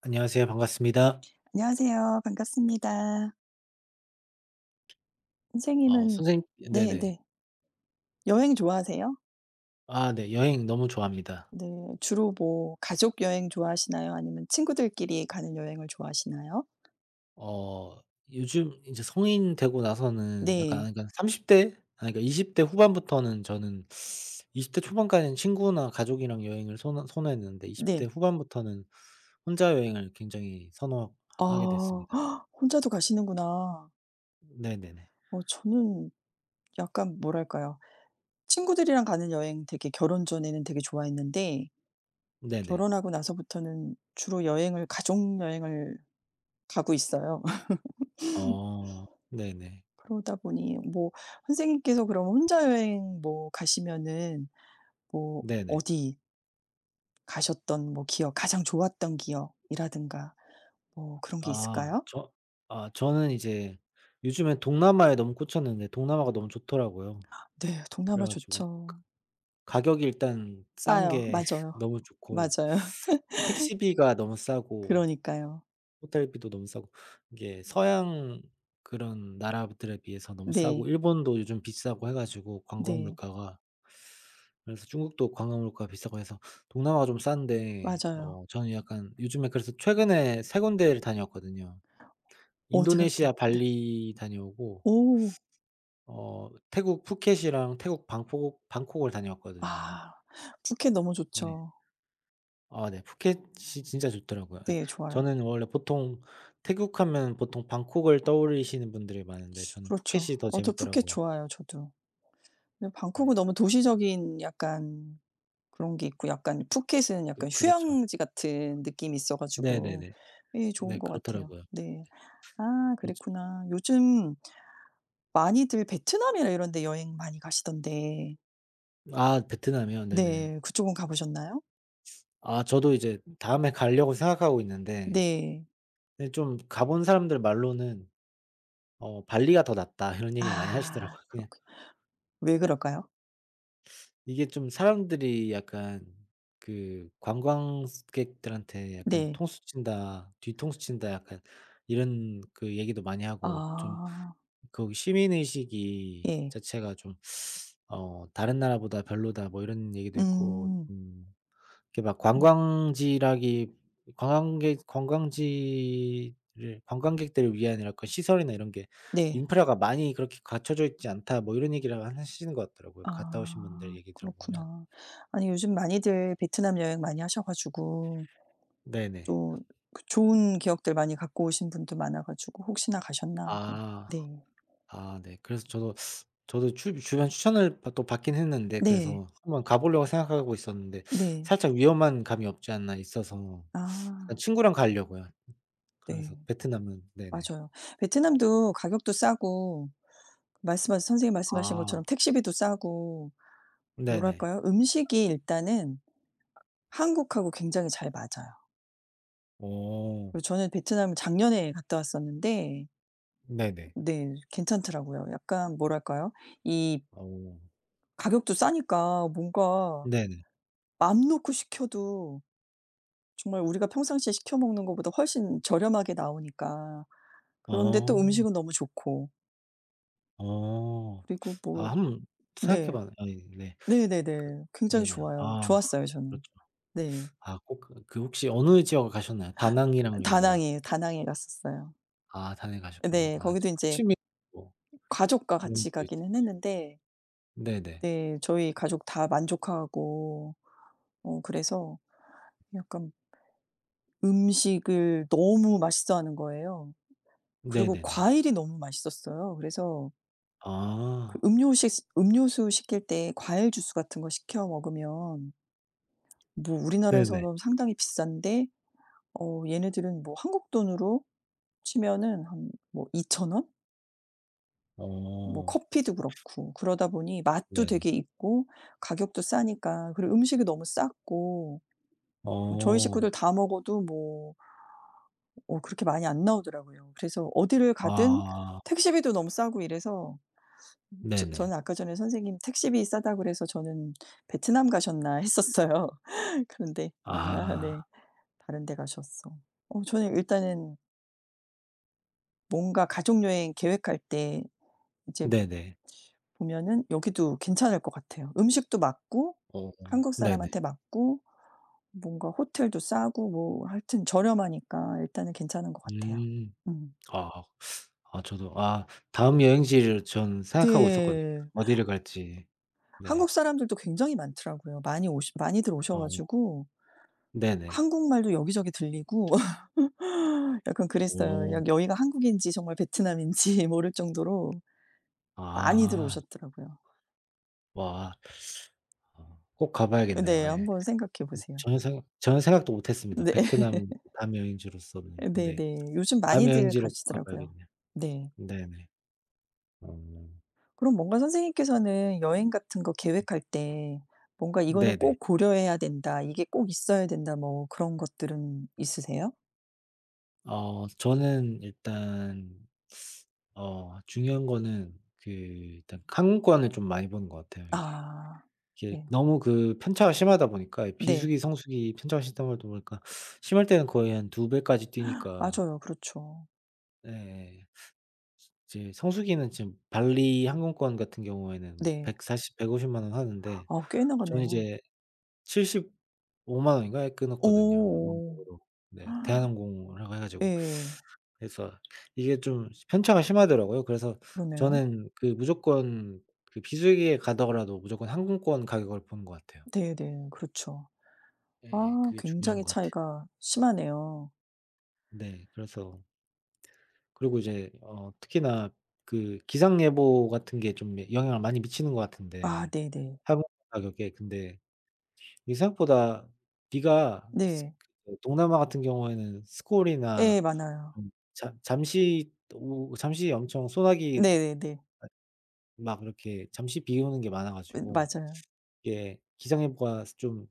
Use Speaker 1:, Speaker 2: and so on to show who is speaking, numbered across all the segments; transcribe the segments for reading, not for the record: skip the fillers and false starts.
Speaker 1: 안녕하세요. 반갑습니다.
Speaker 2: 안녕하세요. 반갑습니다. 선생님은
Speaker 1: 선생님, 네네.
Speaker 2: 네네. 여행 좋아하세요?
Speaker 1: 아 네. 여행 너무 좋아합니다.
Speaker 2: 네. 주로 뭐 가족 여행 좋아하시나요? 아니면 친구들끼리 가는 여행을 좋아하시나요?
Speaker 1: 어 요즘 이제 성인 되고 나서는
Speaker 2: 네.
Speaker 1: 약간 그러30 대 아니 그러니까 20대 후반부터는, 저는 20대 초반까지는 친구나 가족이랑 여행을 선호했는데, 20대
Speaker 2: 네.
Speaker 1: 후반부터는 혼자 여행을 굉장히
Speaker 2: 아
Speaker 1: 선호하게 됐습니다.
Speaker 2: 혼자도 가시는구나.
Speaker 1: 네네네.
Speaker 2: 어 저는 약간 뭐랄까요. 친구들이랑 가는 여행 되게 결혼 전에는 되게 좋아했는데
Speaker 1: 네네.
Speaker 2: 결혼하고 나서부터는 주로 여행을 가족 여행을 가고 있어요.
Speaker 1: 어. 네네.
Speaker 2: 그러다 보니 뭐 선생님께서 그럼 혼자 여행 뭐 가시면은 뭐
Speaker 1: 네네.
Speaker 2: 어디 가셨던 뭐 기억, 가장 좋았던 기억이라든가 뭐 그런 게
Speaker 1: 아
Speaker 2: 있을까요?
Speaker 1: 저 아 저는 이제 요즘에 동남아에 너무 꽂혔는데, 동남아가 너무 좋더라고요.
Speaker 2: 네. 동남아
Speaker 1: 그래 가지고
Speaker 2: 좋죠.
Speaker 1: 가격이 일단 싼
Speaker 2: 싸요.
Speaker 1: 게
Speaker 2: 맞아요.
Speaker 1: 너무 좋고,
Speaker 2: 맞아요.
Speaker 1: 택시비가 너무 싸고,
Speaker 2: 그러니까요.
Speaker 1: 호텔비도 너무 싸고, 이게 서양 그런 나라들에 비해서 너무 싸고,
Speaker 2: 네.
Speaker 1: 일본도 요즘 비싸고 해 가지고 관광
Speaker 2: 네.
Speaker 1: 물가가, 그래서 중국도 관광 물가가 비싸고 해서 동남아가 좀 싼데,
Speaker 2: 맞아요.
Speaker 1: 저는 약간 요즘에 그래서 최근에 세 군데를 다녀왔거든요.
Speaker 2: 어디 갔다
Speaker 1: 인도네시아
Speaker 2: 네.
Speaker 1: 발리 다녀오고,
Speaker 2: 오.
Speaker 1: 태국 푸켓이랑 태국 방콕을 다녀왔거든요.
Speaker 2: 아. 푸켓 너무
Speaker 1: 네.
Speaker 2: 좋죠.
Speaker 1: 아 네. 푸켓이 진짜 좋더라고요. 예.
Speaker 2: 네. 좋아요.
Speaker 1: 저는 원래 보통 태국 하면 보통 방콕을 떠올리시는 분들이 많은데, 저는
Speaker 2: 그렇죠.
Speaker 1: 푸켓이 더
Speaker 2: 어 저 푸켓
Speaker 1: 재밌더라고요.
Speaker 2: 좋아요, 저도. 근데
Speaker 1: 네.
Speaker 2: 방콕은 너무 도시적인 약간 그런 게 있고 약간 푸켓은
Speaker 1: 그
Speaker 2: 약간
Speaker 1: 그렇죠.
Speaker 2: 휴양지 같은 느낌이 있어 가지고
Speaker 1: 네네네.
Speaker 2: 예
Speaker 1: 네,
Speaker 2: 좋은 것 같아요.
Speaker 1: 그렇더라고요.
Speaker 2: 네. 아
Speaker 1: 그렇죠.
Speaker 2: 그랬구나. 요즘 많이들 베트남이나 이런 데 여행 많이 가시던데
Speaker 1: 아 베트남이요? 네네.
Speaker 2: 네 그쪽은 가 보셨나요?
Speaker 1: 아 저도 이제 다음에 가려고 생각하고 있는데,
Speaker 2: 네.
Speaker 1: 예 좀 가본 사람들 말로는 "발리가 더 낫다." 이런 얘기를 많이
Speaker 2: 아
Speaker 1: 하시더라고요. 그냥
Speaker 2: 그렇구나. 왜 그럴까요?
Speaker 1: 이게 좀 사람들이 약간 그 관광객들한테 약간
Speaker 2: 네.
Speaker 1: "통수 친다. 뒤통수 친다." 약간 이런 그 얘기도 많이 하고, 좀
Speaker 2: 아
Speaker 1: 그 시민 의식이
Speaker 2: 예.
Speaker 1: 자체가 좀 "다른 나라보다 별로다." 뭐 이런 얘기도 있고,
Speaker 2: 음
Speaker 1: 이렇게 막
Speaker 2: 그렇구나.
Speaker 1: 관광지라기 관광객 관광지를 관광객들을 위한 이런 약간 시설이나 이런 게
Speaker 2: 네.
Speaker 1: "인프라가 많이 그렇게 갖춰져 있지 않다." 뭐 이런 얘기를 하시는 것 같더라고요, 갔다 오신 분들
Speaker 2: 아
Speaker 1: 얘기 들어보면.
Speaker 2: 그렇구나. 아니 요즘 많이들 베트남 여행 많이 하셔 가지고
Speaker 1: 네네.
Speaker 2: 또 그 좋은 기억들 많이 갖고 오신 분도 많아 가지고 혹시나 가셨나 하고.
Speaker 1: 아.
Speaker 2: 네.
Speaker 1: 아 네. 그래서 저도 추 주변 추천을 받 또 받긴 했는데,
Speaker 2: 네.
Speaker 1: 그래서 한번 가 보려고 생각하고 있었는데,
Speaker 2: 네.
Speaker 1: 살짝 위험한 감이 없지 않아 있어서 약간
Speaker 2: 아
Speaker 1: 친구랑 가려고요. 그래서
Speaker 2: 네.
Speaker 1: 베트남은. 네네.
Speaker 2: 맞아요. 베트남도 가격도 싸고 말씀하신 선생님 말씀하신
Speaker 1: 아.
Speaker 2: 것처럼 택시비도 싸고
Speaker 1: 네네.
Speaker 2: 뭐랄까요? 음식이 일단은 한국하고 굉장히 잘 맞아요.
Speaker 1: 어.
Speaker 2: 그리고 저는 베트남을 작년에 갔다 왔었는데
Speaker 1: 네네.
Speaker 2: 네 괜찮더라고요. 약간 뭐랄까요? 이
Speaker 1: 어.
Speaker 2: 가격도 싸니까 뭔가
Speaker 1: 네네.
Speaker 2: 맘 놓고 시켜도 정말 우리가 평상시에 시켜 먹는 것보다 훨씬 저렴하게 나오니까. 그런데 또
Speaker 1: 어.
Speaker 2: 음식은 너무 좋고
Speaker 1: 어.
Speaker 2: 그리고
Speaker 1: 아
Speaker 2: 뭐
Speaker 1: 한번 생각해
Speaker 2: 네.
Speaker 1: 봐야, 아이 네.
Speaker 2: 네네네. 굉장히
Speaker 1: 네네.
Speaker 2: 좋아요.
Speaker 1: 아
Speaker 2: 좋았어요 저는.
Speaker 1: 그렇죠.
Speaker 2: 네.
Speaker 1: 아 꼭그 그 혹시 어느 지역을 가셨나요? 다낭이랑 여기 뭐.
Speaker 2: 다낭이에요. 다낭에 갔었어요.
Speaker 1: 아 단에 가셨구나.
Speaker 2: 네.
Speaker 1: 아 이제
Speaker 2: 거기도
Speaker 1: 뭐
Speaker 2: 인제
Speaker 1: 취미, 뭐
Speaker 2: 가족과
Speaker 1: 그런
Speaker 2: 같이
Speaker 1: 게 있.
Speaker 2: 가기는 했는데
Speaker 1: 네네.
Speaker 2: 네 저희 가족 다 만족하고 어 그래서 약간 음식을 너무 맛있어하는 거예요. 그리고
Speaker 1: 네네네.
Speaker 2: 과일이 너무 맛있었어요. 그래서
Speaker 1: 아
Speaker 2: 음료식 음료수 시킬 때 과일 주스 같은 거 시켜 먹으면 뭐
Speaker 1: 네네.
Speaker 2: 우리나라에서는 상당히 비싼데 어 얘네들은 뭐 한국 돈으로 치면은 한 뭐2천 원? 뭐
Speaker 1: 어
Speaker 2: 커피도 그렇고 그러다 보니 맛도
Speaker 1: 네네.
Speaker 2: 되게 있고 가격도 싸니까 그리고 음식이 너무 쌌고 뭐 저희
Speaker 1: 어.
Speaker 2: 식구들 다 먹어도 뭐 어 그렇게 많이 안 나오더라고요. 그래서 어디를 가든
Speaker 1: 아
Speaker 2: 택시비도 너무 싸고 이래서 저
Speaker 1: 네네.
Speaker 2: 저는 아까 전에 선생님 택시비 싸다고 그래서 저는 '베트남 가셨나?' 했었어요. 그런데 아
Speaker 1: 아
Speaker 2: 네. 다른 데 가셨어. 어 저는 일단은 뭔가 가족 여행 계획할 때 이제
Speaker 1: 네네.
Speaker 2: 보면은 여기도 괜찮을 것 같아요. 음식도 맞고
Speaker 1: 어
Speaker 2: 한국
Speaker 1: 네네.
Speaker 2: 사람한테 맞고 뭔가 호텔도 싸고 뭐 하여튼 저렴하니까 일단은 괜찮은 것 같아요.
Speaker 1: 음.
Speaker 2: 음.
Speaker 1: 아. 아 저도 아 다음 여행지를 전 생각하고 있었거든요.
Speaker 2: 네.
Speaker 1: 어디를 갈지. 네.
Speaker 2: 한국 사람들도 굉장히 많더라고요. 많이 오시 많이들 오셔
Speaker 1: 어
Speaker 2: 가지고
Speaker 1: 네네.
Speaker 2: 한국말도 여기저기 들리고 약간 그랬어요.
Speaker 1: 오.
Speaker 2: 약 여기가 한국인지 정말 베트남인지 모를 정도로 많이들
Speaker 1: 아.
Speaker 2: 오셨더라고요.
Speaker 1: 와. 꼭 가 봐야겠네요.
Speaker 2: 네.
Speaker 1: 예.
Speaker 2: 한번 생각해 보세요.
Speaker 1: 전혀 생각도 못 했습니다.
Speaker 2: 네.
Speaker 1: 베트남 다음 여행지로서는. 네.
Speaker 2: 네네. 요즘
Speaker 1: 다음
Speaker 2: 많이들
Speaker 1: 여행지로 꼭 가
Speaker 2: 가시더라고요.
Speaker 1: 봐야겠네요.
Speaker 2: 네.
Speaker 1: 네네. 어.
Speaker 2: 그럼 뭔가 선생님께서는 여행 같은 거 계획할 때 뭔가 '이거는
Speaker 1: 네네.
Speaker 2: 꼭 고려해야 된다. 이게 꼭 있어야 된다.' 뭐 그런 것들은 있으세요?
Speaker 1: 저는 일단 중요한 거는 그 일단 항공권을 좀 많이 보는 것 같아요, 이게.
Speaker 2: 아.
Speaker 1: 이게
Speaker 2: 네.
Speaker 1: 너무 그 편차가 심하다 보니까, 이
Speaker 2: 네.
Speaker 1: 비수기, 성수기 편차가 심하다 보니까, 심할 때는 거의 한 두 배까지 뛰니까.
Speaker 2: 맞아요. 그렇죠.
Speaker 1: 예예. 이제 성수기는 지금 발리 항공권 같은 경우에는 뭐
Speaker 2: 네.
Speaker 1: 140, 150만 원 하는데,
Speaker 2: 아 꽤
Speaker 1: 저는
Speaker 2: 나가네요.
Speaker 1: 이제 75만 원인가에 끊었거든요,
Speaker 2: 어어.
Speaker 1: 왕복으로. 네, 대한항공이라고 해 가지고.
Speaker 2: 예.
Speaker 1: 그래서 이게 좀 편차가 심하더라고요. 그래서
Speaker 2: 그러네요.
Speaker 1: 저는 그 무조건 그 비수기에 가더라도 무조건 항공권 가격을 보는 것 같아요.
Speaker 2: 네네. 그렇죠.
Speaker 1: 예예.
Speaker 2: 아
Speaker 1: 그게 중요한
Speaker 2: 굉장히
Speaker 1: 것 같아요.
Speaker 2: 차이가 심하네요.
Speaker 1: 네. 그래서, 그리고 이제 특히나 그 기상 예보 같은 게 좀 영향을 많이 미치는 것
Speaker 2: 아
Speaker 1: 같은데,
Speaker 2: 네네.
Speaker 1: 항공권 가격에. 근데 이게 생각보다 비가 스
Speaker 2: 네.
Speaker 1: 그 동남아 같은 경우에는 스콜이나,
Speaker 2: 예 많아요.
Speaker 1: 잠 잠시 오 잠시 엄청 소나기
Speaker 2: 네네네.
Speaker 1: 막 이렇게 잠시 비 오는 게 많아
Speaker 2: 예
Speaker 1: 가지고,
Speaker 2: 맞아요.
Speaker 1: 이게 기상예보가 좀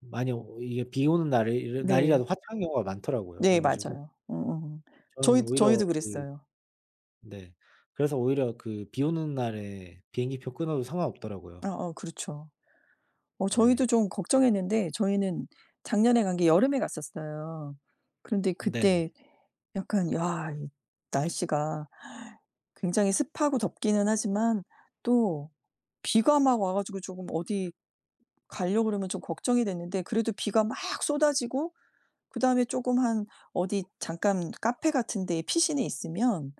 Speaker 1: 많이 오 이게 비 오는 날이
Speaker 2: 네.
Speaker 1: 날이라도 화창한 경우가 많더라고요.
Speaker 2: 네
Speaker 1: 그래 가지고
Speaker 2: 맞아요. 음음.
Speaker 1: 저는
Speaker 2: 저희
Speaker 1: 오히려
Speaker 2: 저희도
Speaker 1: 그.
Speaker 2: 그랬어요.
Speaker 1: 네. 그래서 오히려 그 비 오는 날에 비행기표 끊어도
Speaker 2: 아,
Speaker 1: 상관없더라고요.
Speaker 2: 어 그렇죠. 어 저희도
Speaker 1: 네.
Speaker 2: 좀 걱정했는데 저희는 작년에 간 게 여름에 갔었어요. 그런데
Speaker 1: 네네.
Speaker 2: 그때 약간 야 이 날씨가 굉장히 습하고 덥기는 하지만 또 비가 막 와 가지고 조금 어디 가려고 그러면 좀 걱정이 됐는데 그래도 비가 막 쏟아지고 그다음에 조금 한 어디 잠깐 카페 같은 데에 피신해 있으면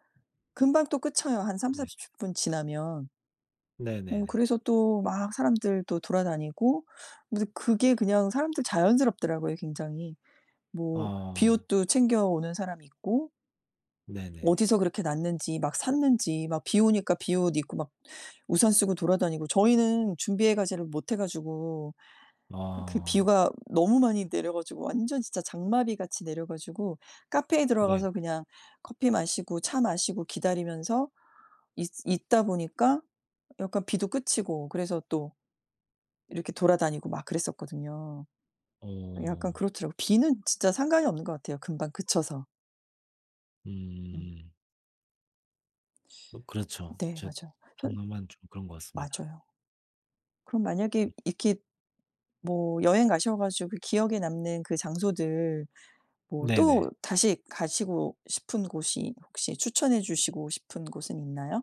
Speaker 2: 금방 또 끝쳐요, 한
Speaker 1: 네.
Speaker 2: 30-40분 지나면. 어
Speaker 1: 네네네.
Speaker 2: 그래서 또 막 사람들 또 돌아다니고 근데 그게 그냥 사람들 자연스럽더라고요, 굉장히. 뭐
Speaker 1: 어.
Speaker 2: 비옷도 챙겨오는 사람 있고
Speaker 1: 네네.
Speaker 2: 어디서 그렇게 났는지 막 샀는지 막 비 오니까 비옷 입고 막 우산 쓰고 돌아다니고 저희는 준비해 가지를 못해 가지고 그
Speaker 1: 어.
Speaker 2: 비가 너무 많이 내려 가지고 완전 진짜 장마비 같이 내려 가지고 카페에
Speaker 1: 네.
Speaker 2: 들어가서 그냥 커피 마시고 차 마시고 기다리면서 있 있다 보니까 약간 비도 그치고 그래서 또 이렇게 돌아다니고 막 그랬었거든요.
Speaker 1: 어.
Speaker 2: 약간 그렇더라고요. 비는 진짜 상관이 없는 것 같아요, 금방 그쳐서. 음.
Speaker 1: 음. 뭐 그렇죠.
Speaker 2: 네
Speaker 1: 제
Speaker 2: 맞아요. 선
Speaker 1: 동남아는 좀 그런 것 같습니다.
Speaker 2: 맞아요. 그럼 만약에 이렇게 뭐 여행 가셔 가지고 기억에 남는 그 장소들 뭐 또
Speaker 1: 네네.
Speaker 2: 다시 가시고 싶은 곳이 혹시 추천해 주시고 싶은 곳은 있나요?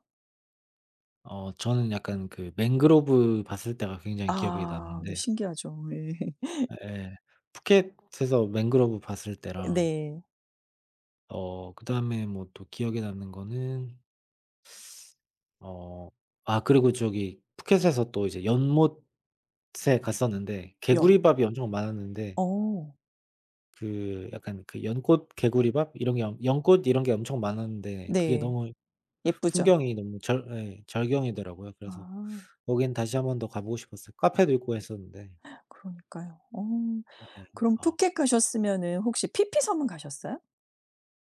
Speaker 1: 저는 약간 그 맹그로브 봤을 때가 굉장히 기억에
Speaker 2: 아 네
Speaker 1: 남는데,
Speaker 2: 신기하죠. 예.
Speaker 1: 예 푸켓에서 맹그로브 봤을 때랑,
Speaker 2: 네.
Speaker 1: 그다음에 뭐 또 기억에 남는 거는 어, 아 그리고 저기 푸켓에서 또 이제 연못에 갔었는데
Speaker 2: 여
Speaker 1: 개구리밥이 엄청 많았는데,
Speaker 2: 어
Speaker 1: 그 약간 그 연꽃 개구리밥 이런 게 연꽃 이런 게 엄청 많았는데, 그게
Speaker 2: 네.
Speaker 1: 너무
Speaker 2: 예쁘죠.
Speaker 1: 풍경이 너무 절 예, 절경이더라고요. 그래서
Speaker 2: 아
Speaker 1: 거긴 다시 한 번 더 가 보고 싶었어요. 카페도 있고 했었는데.
Speaker 2: 그러니까요. 어
Speaker 1: 네.
Speaker 2: 그럼
Speaker 1: 아
Speaker 2: 푸켓 가셨으면은 혹시 피피 섬은 가셨어요?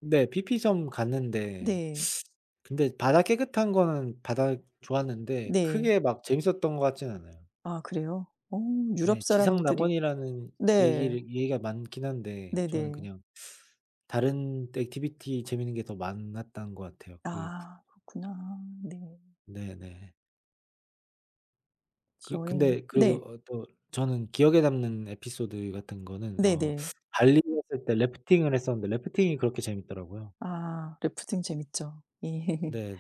Speaker 1: 근데 PP점 갔는데,
Speaker 2: 네.
Speaker 1: 근데 바다 깨끗한 거는 바다 좋았는데,
Speaker 2: 네.
Speaker 1: 크게 막 재밌었던 것 같진 않아요.
Speaker 2: 아 그래요? 어
Speaker 1: 네,
Speaker 2: 유럽 사람들이
Speaker 1: 지상낙원이라는
Speaker 2: 네.
Speaker 1: 얘기를 얘기가 많긴 한데, 저는
Speaker 2: 네네.
Speaker 1: 그냥 다른 액티비티 재밌는 게 더 많았던 것 같아요. 그 부
Speaker 2: 아 그렇구나. 네.
Speaker 1: 네네.
Speaker 2: 여행이
Speaker 1: 근데 그리고
Speaker 2: 네.
Speaker 1: 또 저는 기억에 남는 에피소드 같은 거는
Speaker 2: 네네.
Speaker 1: 발리 갔을 때 래프팅을 했었는데, 래프팅이 그렇게 재밌더라고요.
Speaker 2: 아 래프팅 재밌죠. 예.
Speaker 1: 네,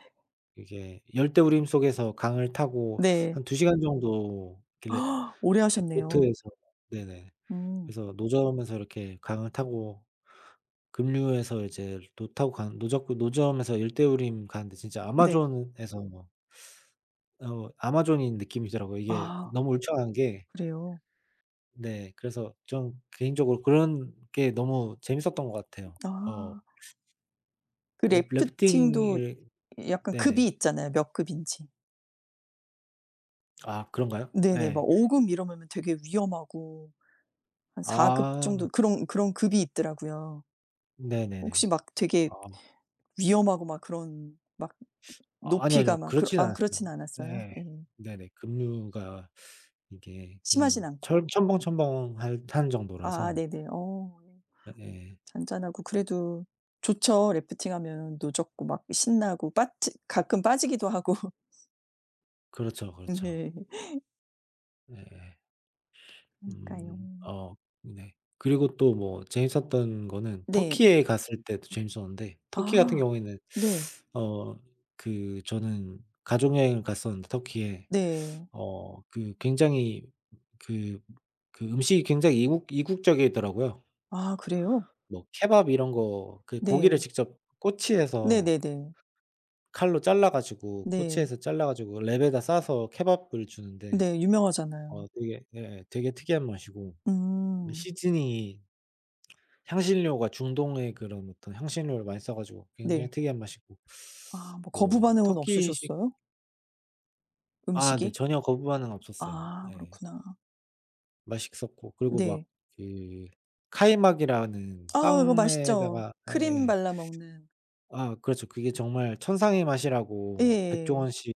Speaker 1: 이게 열대우림 속에서 강을 타고
Speaker 2: 네.
Speaker 1: 한 2 시간 정도 길래,
Speaker 2: 오래
Speaker 1: 이렇게
Speaker 2: 하셨네요.
Speaker 1: 보트에서. 네네.
Speaker 2: 음
Speaker 1: 그래서 노점에서 이렇게 강을 타고 급류해서 이제 노 타고 간 노적 노점에서 열대우림 가는데, 진짜
Speaker 2: 네.
Speaker 1: 아마존에서 뭐, 아마존인 느낌이더라고요. 이게
Speaker 2: 아
Speaker 1: 너무 울창한 게.
Speaker 2: 그래요.
Speaker 1: 네, 그래서 좀 개인적으로 그런 게 너무 재밌었던 것 같아요. 어.
Speaker 2: 아 그
Speaker 1: 래
Speaker 2: 래프팅도
Speaker 1: 래프팅을.
Speaker 2: 약간 급이
Speaker 1: 네네.
Speaker 2: 있잖아요, 몇 급인지.
Speaker 1: 아 그런가요?
Speaker 2: 네네. 막
Speaker 1: 예.
Speaker 2: 5 급 이러면 되게 위험하고 한 4 급
Speaker 1: 아
Speaker 2: 정도 그런 급이 있더라고요. 혹시
Speaker 1: 네네네.
Speaker 2: 막 되게
Speaker 1: 아.
Speaker 2: 위험하고 막 그런 막
Speaker 1: 아 아니 아니요,
Speaker 2: 높이가 막 그렇
Speaker 1: 그렇진
Speaker 2: 아
Speaker 1: 않았어요.
Speaker 2: 그렇진 않았어요?
Speaker 1: 네.
Speaker 2: 예.
Speaker 1: 네네. 급류가 이게
Speaker 2: 심하진
Speaker 1: 그냥 철
Speaker 2: 않고.
Speaker 1: 첨벙첨벙할 한
Speaker 2: 아 아,
Speaker 1: 정도라서.
Speaker 2: 네네. 어 예.
Speaker 1: 예예.
Speaker 2: 잔잔하고 그래도 좋죠. 래프팅 하면 노젓고 막 신나고 빠 가끔 빠지기도 하고.
Speaker 1: 그렇죠, 그렇죠.
Speaker 2: 네.
Speaker 1: 예예.
Speaker 2: 그러니까요.
Speaker 1: 음 어 네. 그리고 또 뭐 재밌었던 거는
Speaker 2: 네.
Speaker 1: 터키에 갔을 때도 재밌었는데, 터키 같은
Speaker 2: 아.
Speaker 1: 경우에는
Speaker 2: 네.
Speaker 1: 어 그 저는 가족 여행을 갔었는데 터키에.
Speaker 2: 네.
Speaker 1: 굉장히 그 음식이 굉장히 이국적이더라고요.
Speaker 2: 아 그래요?
Speaker 1: 뭐 케밥 이런 거 그 고기를
Speaker 2: 네.
Speaker 1: 직접 꼬치에서
Speaker 2: 네네네.
Speaker 1: 칼로 잘라 가지고
Speaker 2: 네.
Speaker 1: 꼬치에서 잘라 가지고 랩에다 싸서 케밥을 주는데,
Speaker 2: 네. 유명하잖아요.
Speaker 1: 되게, 예, 되게 특이한 맛이고,
Speaker 2: 음.
Speaker 1: 시즈니 향신료가 중동의 그런 어떤 향신료를 많이 써 가지고 굉장히
Speaker 2: 네.
Speaker 1: 특이한 맛이고.
Speaker 2: 아 뭐 거부
Speaker 1: 뭐
Speaker 2: 반응은
Speaker 1: 터키식
Speaker 2: 없으셨어요?
Speaker 1: 아 네,
Speaker 2: 음식이?
Speaker 1: 전혀 거부반응 없었어요.
Speaker 2: 아
Speaker 1: 예.
Speaker 2: 그렇구나.
Speaker 1: 맛있었고, 그리고 막
Speaker 2: 네.
Speaker 1: 그 카이막이라는
Speaker 2: 아 이거 맛있죠.
Speaker 1: 빵에다가.
Speaker 2: 크림
Speaker 1: 예예.
Speaker 2: 발라 먹는.
Speaker 1: 아 그렇죠. 그게 정말 천상의 맛이라고
Speaker 2: 예.
Speaker 1: 백종원 씨나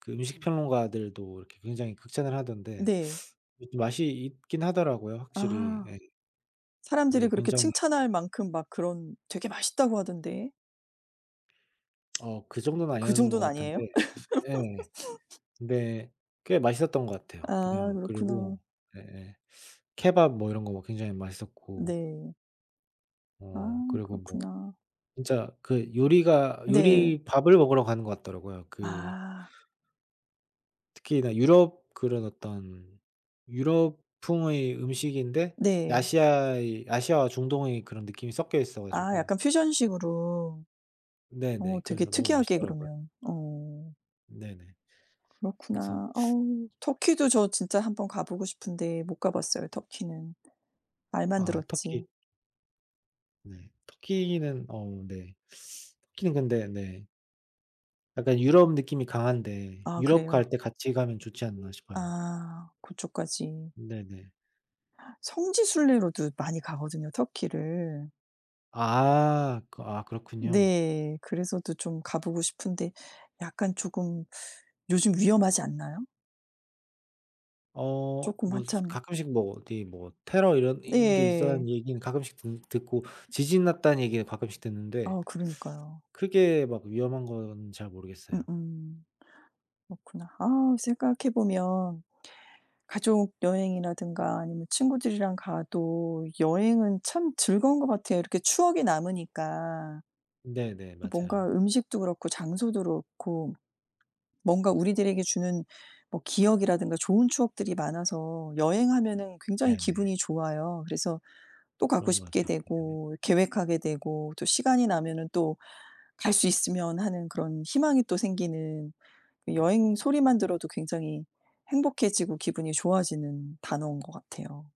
Speaker 1: 그 음식 평론가들도 이렇게 굉장히 극찬을 하던데,
Speaker 2: 네.
Speaker 1: 이 맛이 있긴 하더라고요, 확실히.
Speaker 2: 아.
Speaker 1: 예.
Speaker 2: 사람들이
Speaker 1: 이게
Speaker 2: 그렇게
Speaker 1: 굉장히
Speaker 2: 칭찬할 만큼 막 그런 되게 맛있다고 하던데.
Speaker 1: 어 그 정도는
Speaker 2: 그
Speaker 1: 아니었는 것
Speaker 2: 정도는 아니에요?
Speaker 1: 같은데. 예. 근데 꽤 맛있었던 것 같아요,
Speaker 2: 아
Speaker 1: 그냥.
Speaker 2: 그렇구나.
Speaker 1: 그리고 예예. 케밥 뭐 이런 거 뭐 굉장히 맛있었고,
Speaker 2: 네. 아
Speaker 1: 그리고 뭐
Speaker 2: 그렇구나.
Speaker 1: 진짜 그
Speaker 2: 네.
Speaker 1: 요리 밥을 먹으러 가는 것 같더라고요. 그
Speaker 2: 아
Speaker 1: 특히나 유럽 그런 어떤 유럽풍의 음식인데,
Speaker 2: 네.
Speaker 1: 아시아의 아시아와 중동의 그런 느낌이 섞여 있어
Speaker 2: 아
Speaker 1: 가지고.
Speaker 2: 약간 퓨전식으로.
Speaker 1: 네네.
Speaker 2: 어 되게
Speaker 1: 그래서 너무
Speaker 2: 특이하게
Speaker 1: 맛있더라고요.
Speaker 2: 그러면. 어
Speaker 1: 네네. 그래서
Speaker 2: 그렇구나. 어우 터키도 저 진짜 한번 가 보고 싶은데 못 가 봤어요 터키는. 말만
Speaker 1: 아
Speaker 2: 들었지.
Speaker 1: 터키, 네. 터키는 네. 터키는 근데 네. 약간 유럽 느낌이 강한데
Speaker 2: 아
Speaker 1: 유럽
Speaker 2: 그래요?
Speaker 1: 갈 때 같이 가면 좋지 않나 싶어요.
Speaker 2: 아 그쪽까지.
Speaker 1: 네네.
Speaker 2: 성지 순례로도 많이 가거든요 터키를.
Speaker 1: 아. 아 그렇군요.
Speaker 2: 네. 그래서도 좀 가 보고 싶은데 약간 조금 요즘 위험하지 않나요? 쪼끔
Speaker 1: 뭐 스
Speaker 2: 한참
Speaker 1: 가끔씩 뭐 어디 뭐 테러 이런 인 게
Speaker 2: 네.
Speaker 1: 있었다는 얘기는 가끔씩 듣 듣고, 지진 났다는 얘기는 가끔씩 듣는데
Speaker 2: 어 그러니까요.
Speaker 1: 크게 막 위험한 건 잘 모르겠어요.
Speaker 2: 음음. 그렇구나. 아 생각해 보면 가족 여행이라든가 아니면 친구들이랑 가도 여행은 참 즐거운 것 같아요. 이렇게 추억이 남으니까.
Speaker 1: 네네.
Speaker 2: 뭔가
Speaker 1: 맞아요.
Speaker 2: 음식도 그렇고 장소도 그렇고 뭔가 우리들에게 주는 뭐 기억이라든가 좋은 추억들이 많아서 여행하면은 굉장히
Speaker 1: 네네.
Speaker 2: 기분이 좋아요. 그래서 또 가고
Speaker 1: 그런 것
Speaker 2: 싶게
Speaker 1: 같아요. 네네.
Speaker 2: 되고 계획하게 되고 또 시간이 나면은 또 '갈 수 있으면.' 하는 그런 희망이 또 생기는 그 여행 소리만 들어도 굉장히 행복해지고 기분이 좋아지는 단어인 것 같아요.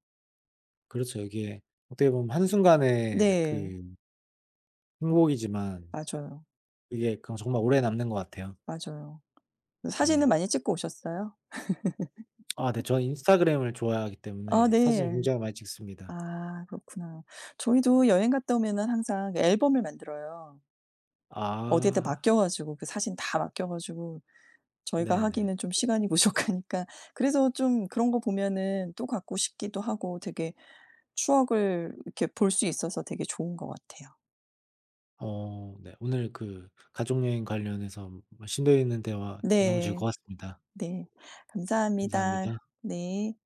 Speaker 1: 그렇죠. 이게 어떻게 보면 한순간의
Speaker 2: 네.
Speaker 1: 그 행복이지만,
Speaker 2: 맞아요,
Speaker 1: 이게 그냥 정말 오래 남는 것 같아요.
Speaker 2: 맞아요. 사진은
Speaker 1: 예.
Speaker 2: 많이 찍고 오셨어요?
Speaker 1: 아 네. 저는 인스타그램을 좋아하기
Speaker 2: 아
Speaker 1: 때문에 사진을
Speaker 2: 네.
Speaker 1: 굉장히 많이 찍습니다.
Speaker 2: 아 그렇구나. 저희도 여행 갔다 오면은 항상 그 앨범을 만들어요. 어디에다
Speaker 1: 아.
Speaker 2: 맡겨 가지고 그 사진 다 맡겨 가지고 저희가
Speaker 1: 네네.
Speaker 2: 하기는 좀 시간이 부족하니까 그래서 좀 그런 거 보면은 또 갖고 싶기도 하고 되게 추억을 이렇게 볼 수 있어서 되게 좋은 것 같아요.
Speaker 1: 네. 오늘 그 가족 여행 관련해서 뭐 심도 있는 대화 너무
Speaker 2: 네.
Speaker 1: 즐거웠습니다.
Speaker 2: 네.
Speaker 1: 감사합니다.
Speaker 2: 감사합니다. 네.